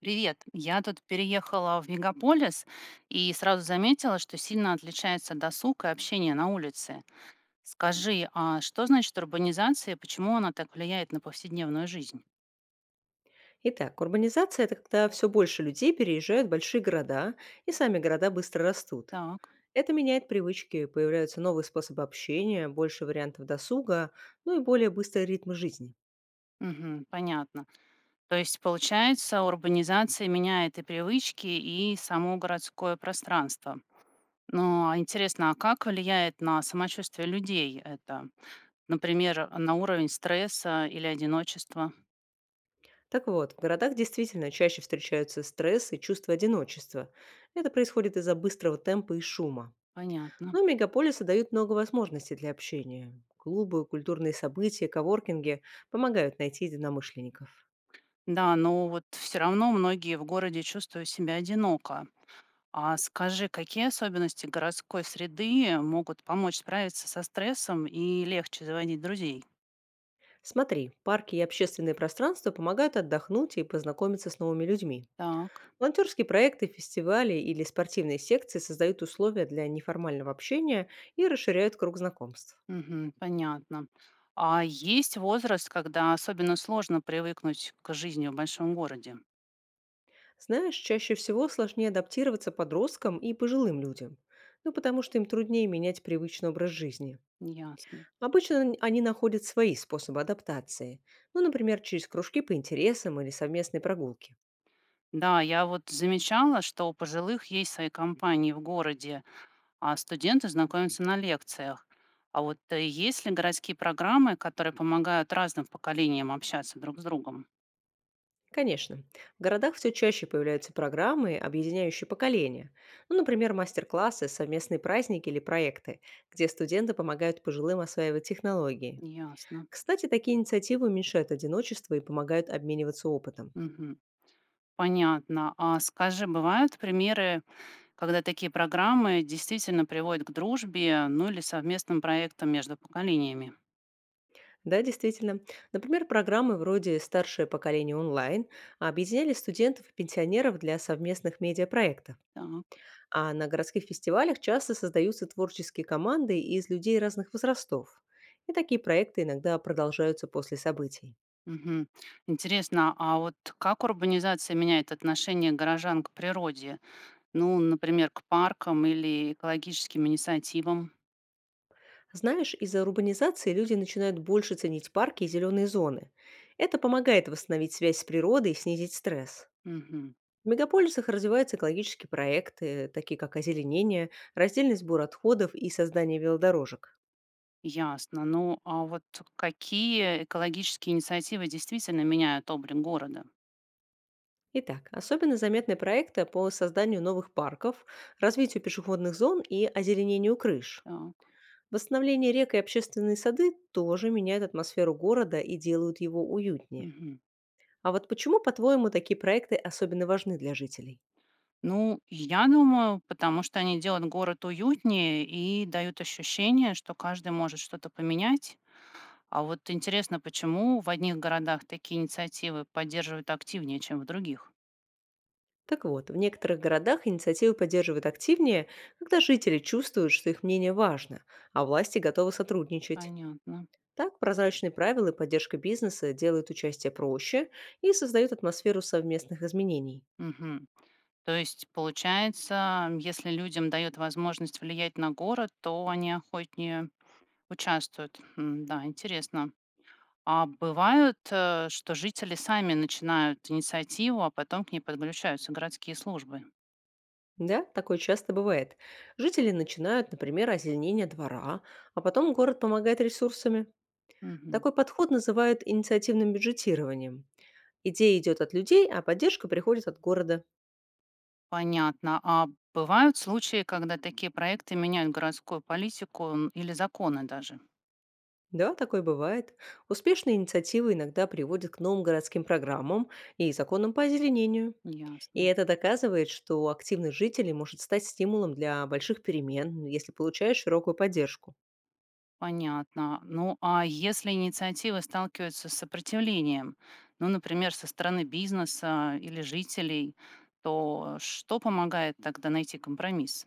Привет. Я тут переехала в мегаполис и сразу заметила, что сильно отличается досуг и общение на улице. Скажи, а что значит урбанизация и почему она так влияет на повседневную жизнь? Итак, урбанизация– это когда все больше людей переезжают в большие города, и сами города быстро растут. Так, Это меняет привычки, появляются новые способы общения, больше вариантов досуга, ну и более быстрые ритмы жизни. мгм, понятно. То есть, получается, урбанизация меняет и привычки, и само городское пространство. Ну, а интересно, а как влияет на самочувствие людей это? Например, на уровень стресса или одиночества? Так вот, в городах действительно чаще встречаются стресс и чувство одиночества. Это происходит из-за быстрого темпа и шума. Понятно. Но мегаполисы дают много возможностей для общения. Клубы, культурные события, коворкинги помогают найти единомышленников. Да, но вот все равно многие в городе чувствуют себя одиноко. А скажи, какие особенности городской среды могут помочь справиться со стрессом и легче заводить друзей? Смотри, парки и общественные пространства помогают отдохнуть и познакомиться с новыми людьми. Так, Волонтерские проекты, фестивали или спортивные секции создают условия для неформального общения и расширяют круг знакомств. мгм, понятно. А есть возраст, когда особенно сложно привыкнуть к жизни в большом городе? Знаешь, чаще всего сложнее адаптироваться подросткам и пожилым людям, ну потому что им труднее менять привычный образ жизни. Ясно. Обычно они находят свои способы адаптации, ну, например, через кружки по интересам или совместные прогулки. Да, я вот замечала, что у пожилых есть свои компании в городе, а студенты знакомятся на лекциях. А вот есть ли городские программы, которые помогают разным поколениям общаться друг с другом? Конечно. В городах все чаще появляются программы, объединяющие поколения. Ну, например, мастер-классы, совместные праздники или проекты, где студенты помогают пожилым осваивать технологии. Ясно. Кстати, такие инициативы уменьшают одиночество и помогают обмениваться опытом. Мгм. Понятно. А скажи, бывают примеры, когда такие программы действительно приводят к дружбе, ну или совместным проектам между поколениями? Да, действительно. Например, программы вроде «Старшее поколение онлайн» объединяли студентов и пенсионеров для совместных медиапроектов. Так. А на городских фестивалях часто создаются творческие команды из людей разных возрастов. И такие проекты иногда продолжаются после событий. Мгм. Интересно, а вот как урбанизация меняет отношение горожан к природе? Ну, например, к паркам или экологическим инициативам? Знаешь, из-за урбанизации люди начинают больше ценить парки и зеленые зоны. Это помогает восстановить связь с природой и снизить стресс. Мгм. В мегаполисах развиваются экологические проекты, такие как озеленение, раздельный сбор отходов и создание велодорожек. Ясно. Ну, а вот какие экологические инициативы действительно меняют облик города? Итак, особенно заметны проекты по созданию новых парков, развитию пешеходных зон и озеленению крыш. Так. Восстановление рек и общественные сады тоже меняют атмосферу города и делают его уютнее. Мгм. А вот почему, по-твоему, такие проекты особенно важны для жителей? Ну, я думаю, потому что они делают город уютнее и дают ощущение, что каждый может что-то поменять. А вот интересно, почему в одних городах такие инициативы поддерживают активнее, чем в других? Так вот, в некоторых городах инициативы поддерживают активнее, когда жители чувствуют, что их мнение важно, а власти готовы сотрудничать. Понятно. Так прозрачные правила и поддержка бизнеса делают участие проще и создают атмосферу совместных изменений. Мгм. То есть, получается, если людям дают возможность влиять на город, то они охотнее участвуют. Да, интересно. А бывают, что жители сами начинают инициативу, а потом к ней подключаются городские службы. Да, такое часто бывает. Жители начинают, например, озеленение двора, а потом город помогает ресурсами. Мгм. Такой подход называют инициативным бюджетированием. Идея идет от людей, а поддержка приходит от города. Понятно. А бывают случаи, когда такие проекты меняют городскую политику или законы даже? Да, такое бывает. Успешные инициативы иногда приводят к новым городским программам и законам по озеленению. И Ясно. это доказывает, что активность жителей может стать стимулом для больших перемен, если получаешь широкую поддержку. Понятно. Ну а если инициативы сталкиваются с сопротивлением, ну, например, со стороны бизнеса или жителей, то что помогает тогда найти компромисс?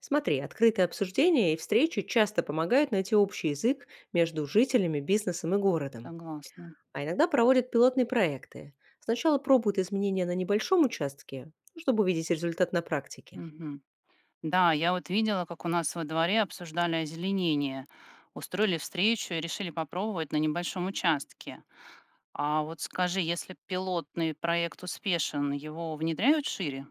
Смотри, открытые обсуждения и встречи часто помогают найти общий язык между жителями, бизнесом и городом. Согласна. А иногда проводят пилотные проекты. Сначала пробуют изменения на небольшом участке, ну, чтобы увидеть результат на практике. Мгм. Да, я вот видела, как у нас во дворе обсуждали озеленение. Устроили встречу и решили попробовать на небольшом участке. А вот скажи, если пилотный проект успешен, его внедряют шире?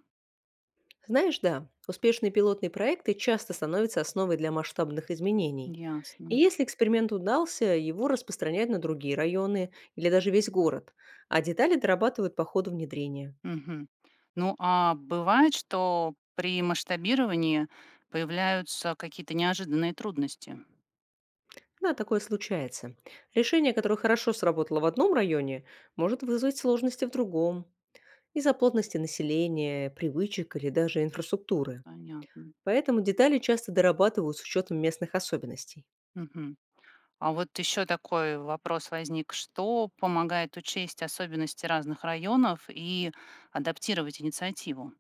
Знаешь, да, успешные пилотные проекты часто становятся основой для масштабных изменений. Ясно. И если эксперимент удался, его распространяют на другие районы или даже весь город, а детали дорабатывают по ходу внедрения. Мгм. Ну а бывает, что при масштабировании появляются какие-то неожиданные трудности? Да, такое случается. Решение, которое хорошо сработало в одном районе, может вызвать сложности в другом из-за плотности населения, привычек или даже инфраструктуры. Понятно. Поэтому детали часто дорабатывают с учетом местных особенностей. Мгм. А вот еще такой вопрос возник. Что помогает учесть особенности разных районов и адаптировать инициативу?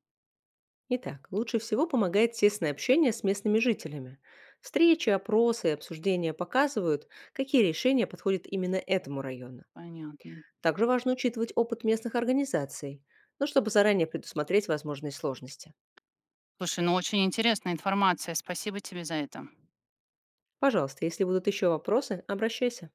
Итак, лучше всего помогает тесное общение с местными жителями. Встречи, опросы и обсуждения показывают, какие решения подходят именно этому району. Понятно. Также важно учитывать опыт местных организаций, но чтобы заранее предусмотреть возможные сложности. Слушай, ну очень интересная информация. Спасибо тебе за это. Пожалуйста, если будут еще вопросы, обращайся.